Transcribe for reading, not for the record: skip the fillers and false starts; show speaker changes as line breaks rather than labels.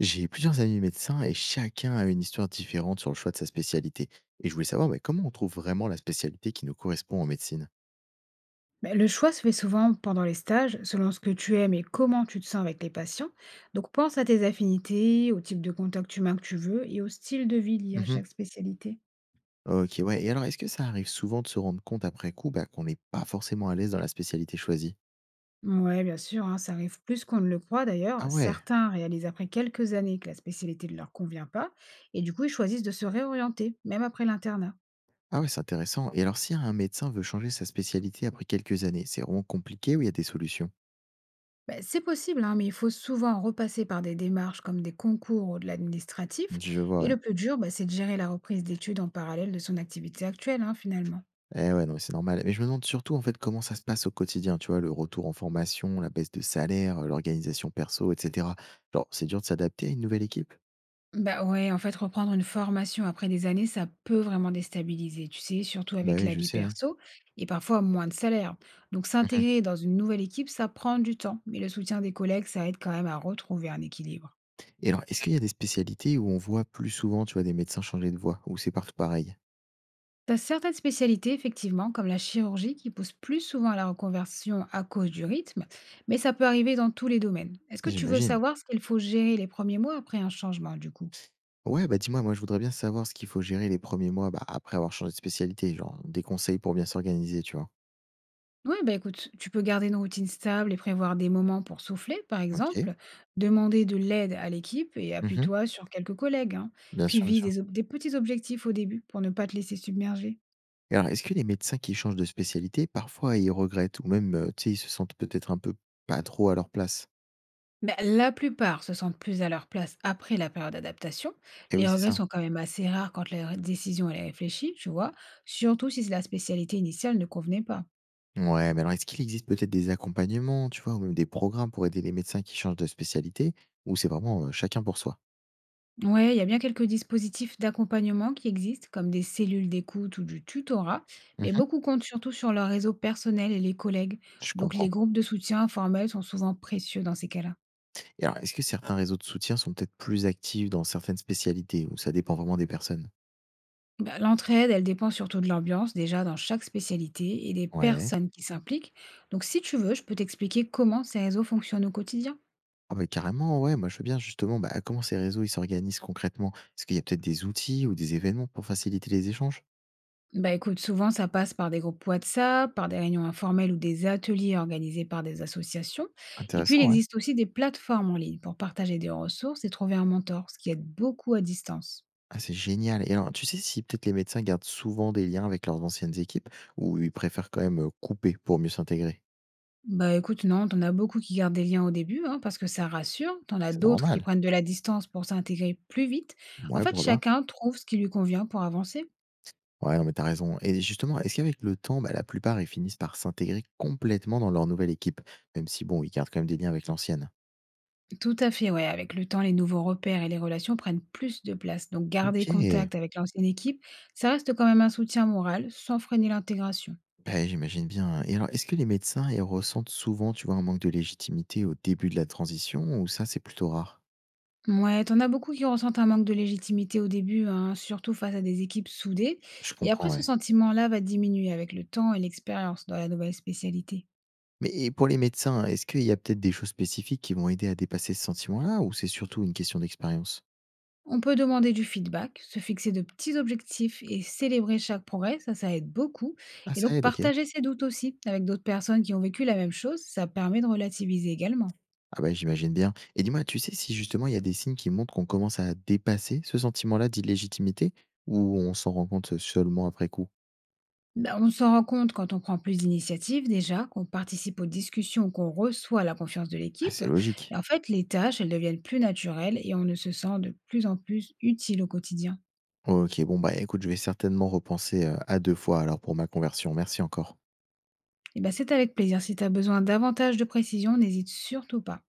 J'ai eu plusieurs amis médecins et chacun a une histoire différente sur le choix de sa spécialité. Et je voulais savoir mais comment on trouve vraiment la spécialité qui nous correspond en médecine.
Ben, le choix se fait souvent pendant les stages, selon ce que tu aimes et comment tu te sens avec les patients. Donc pense à tes affinités, au type de contact humain que tu veux et au style de vie lié à
Mhm.
chaque spécialité.
Ok, ouais. Et alors, est-ce que ça arrive souvent de se rendre compte après coup bah, qu'on n'est pas forcément à l'aise dans la spécialité choisie?
Ouais, bien sûr, hein, ça arrive plus qu'on ne le croit d'ailleurs.
Ah ouais,
Certains réalisent après quelques années que la spécialité ne leur convient pas et du coup ils choisissent de se réorienter, même après l'internat.
ah ouais, c'est intéressant. Et alors, si un médecin veut changer sa spécialité après quelques années, c'est vraiment compliqué ou il y a des solutions?
Ben, c'est possible, hein, mais il faut souvent repasser par des démarches comme des concours ou de l'administratif.
Je vois,
Et
ouais.
le plus dur, ben, c'est de gérer la reprise d'études en parallèle de son activité actuelle, hein, finalement.
Eh ouais, non, mais c'est normal. Mais je me demande surtout en fait comment ça se passe au quotidien, tu vois, le retour en formation, la baisse de salaire, l'organisation perso, etc. Genre, c'est dur de s'adapter à une nouvelle équipe?
Bah ouais, en fait, reprendre une formation après des années, ça peut vraiment déstabiliser, tu sais, surtout
Bah
avec
oui,
la
je
vie
sais, ouais.
perso et parfois moins de salaire. Donc
Mhm.
s'intégrer dans une nouvelle équipe, ça prend du temps, mais le soutien des collègues, ça aide quand même à retrouver un équilibre.
Et alors, est-ce qu'il y a des spécialités où on voit plus souvent, tu vois, des médecins changer de voie, ou c'est partout pareil?
T'as certaines spécialités, effectivement, comme la chirurgie, qui pousse plus souvent à la reconversion à cause du rythme, mais ça peut arriver dans tous les domaines. Est-ce que tu veux
J'imagine.
savoir ce qu'il faut gérer les premiers mois après un changement, du coup?
Ouais, bah dis-moi, moi je voudrais bien savoir ce qu'il faut gérer les premiers mois, bah, après avoir changé de spécialité, genre des conseils pour bien s'organiser, tu vois.
Oui, bah écoute, tu peux garder une routine stable et prévoir des moments pour souffler, par
Ok.
exemple, demander de l'aide à l'équipe et
Mhm.
appuie-toi sur quelques collègues, hein.
Bien
Puis
sûr, bien
vise
sûr.
des, des petits objectifs au début pour ne pas te laisser submerger.
Et alors, est-ce que les médecins qui changent de spécialité, parfois, ils regrettent ou même, tu sais, ils se sentent peut-être un peu pas trop à leur place?
Mais la plupart se sentent plus à leur place après la période d'adaptation.
Eh oui,
Les
c'est
regrets
ça.
sont quand même assez rares quand la décision elle est réfléchie, tu vois, surtout si la spécialité initiale ne convenait pas.
Ouais, mais alors est-ce qu'il existe peut-être des accompagnements, tu vois, ou même des programmes pour aider les médecins qui changent de spécialité ou c'est vraiment, chacun pour soi?
Ouais, il y a bien quelques dispositifs d'accompagnement qui existent, comme des cellules d'écoute ou du tutorat, mais
Mmh.
beaucoup comptent surtout sur leur réseau personnel et les collègues.
Je
Donc les
comprends.
groupes de soutien informels sont souvent précieux dans ces cas-là.
Et alors, est-ce que certains réseaux de soutien sont peut-être plus actifs dans certaines spécialités ou ça dépend vraiment des personnes?
Bah, l'entraide, elle dépend surtout de l'ambiance déjà dans chaque spécialité et des
Ouais.
personnes qui s'impliquent. Donc si tu veux, je peux t'expliquer comment ces réseaux fonctionnent au quotidien.
Ah bah, carrément, ouais, moi je veux bien justement, bah, comment ces réseaux, ils s'organisent concrètement? Est-ce qu'il y a peut-être des outils ou des événements pour faciliter les échanges?
Bah écoute, souvent ça passe par des groupes WhatsApp, par des réunions informelles ou des ateliers organisés par des associations. Et puis il
Intéressant, ouais.
existe aussi des plateformes en ligne pour partager des ressources et trouver un mentor, ce qui aide beaucoup à distance.
Ah, c'est génial et alors, tu sais si peut-être les médecins gardent souvent des liens avec leurs anciennes équipes ou ils préfèrent quand même, couper pour mieux s'intégrer?
Bah écoute, non, t'en as beaucoup qui gardent des liens au début, hein, parce que ça rassure. T'en as
C'est
d'autres qui
normal.
prennent de la distance pour s'intégrer plus vite. En
Ouais,
fait,
pour là
chacun trouve ce qui lui convient pour avancer.
ouais, non, mais t'as raison et justement, est-ce qu'avec le temps, bah, la plupart, ils finissent par s'intégrer complètement dans leur nouvelle équipe? Même si bon, ils gardent quand même des liens avec l'ancienne.
Tout à fait, ouais. Avec le temps, les nouveaux repères et les relations prennent plus de place. Donc, garder
OK.
contact avec l'ancienne équipe, ça reste quand même un soutien moral, sans freiner l'intégration.
Bah, j'imagine bien et alors est-ce que les médecins, ils ressentent souvent, tu vois, un manque de légitimité au début de la transition ou ça, c'est plutôt rare?
Ouais, t'en as beaucoup qui ressentent un manque de légitimité au début, hein, surtout face à des équipes soudées.
Je
Et
comprends,
après, ce
ouais.
sentiment-là va diminuer avec le temps et l'expérience dans la nouvelle spécialité.
Mais et pour les médecins, est-ce qu'il y a peut-être des choses spécifiques qui vont aider à dépasser ce sentiment-là ou c'est surtout une question d'expérience?
On peut demander du feedback, se fixer de petits objectifs et célébrer chaque progrès, ça aide beaucoup.
Ah,
Et
ça
donc,
aide, OK.
partager ses doutes aussi avec d'autres personnes qui ont vécu la même chose, ça permet de relativiser également.
Ah bah, j'imagine bien et dis-moi, tu sais si justement il y a des signes qui montrent qu'on commence à dépasser ce sentiment-là d'illégitimité ou on s'en rend compte, seulement après coup?
Ben, on s'en rend compte quand on prend plus d'initiatives déjà, qu'on participe aux discussions, qu'on reçoit la confiance de
Ah,
l'équipe.
c'est
Et
logique.
en fait, les tâches, elles deviennent plus naturelles et on ne se sent de plus en plus utile au quotidien.
OK, bon, bah, écoute, je vais certainement repenser, à 2 fois alors pour ma conversion. Merci encore.
Et ben, c'est avec plaisir. Si tu as besoin davantage de précision, n'hésite surtout pas.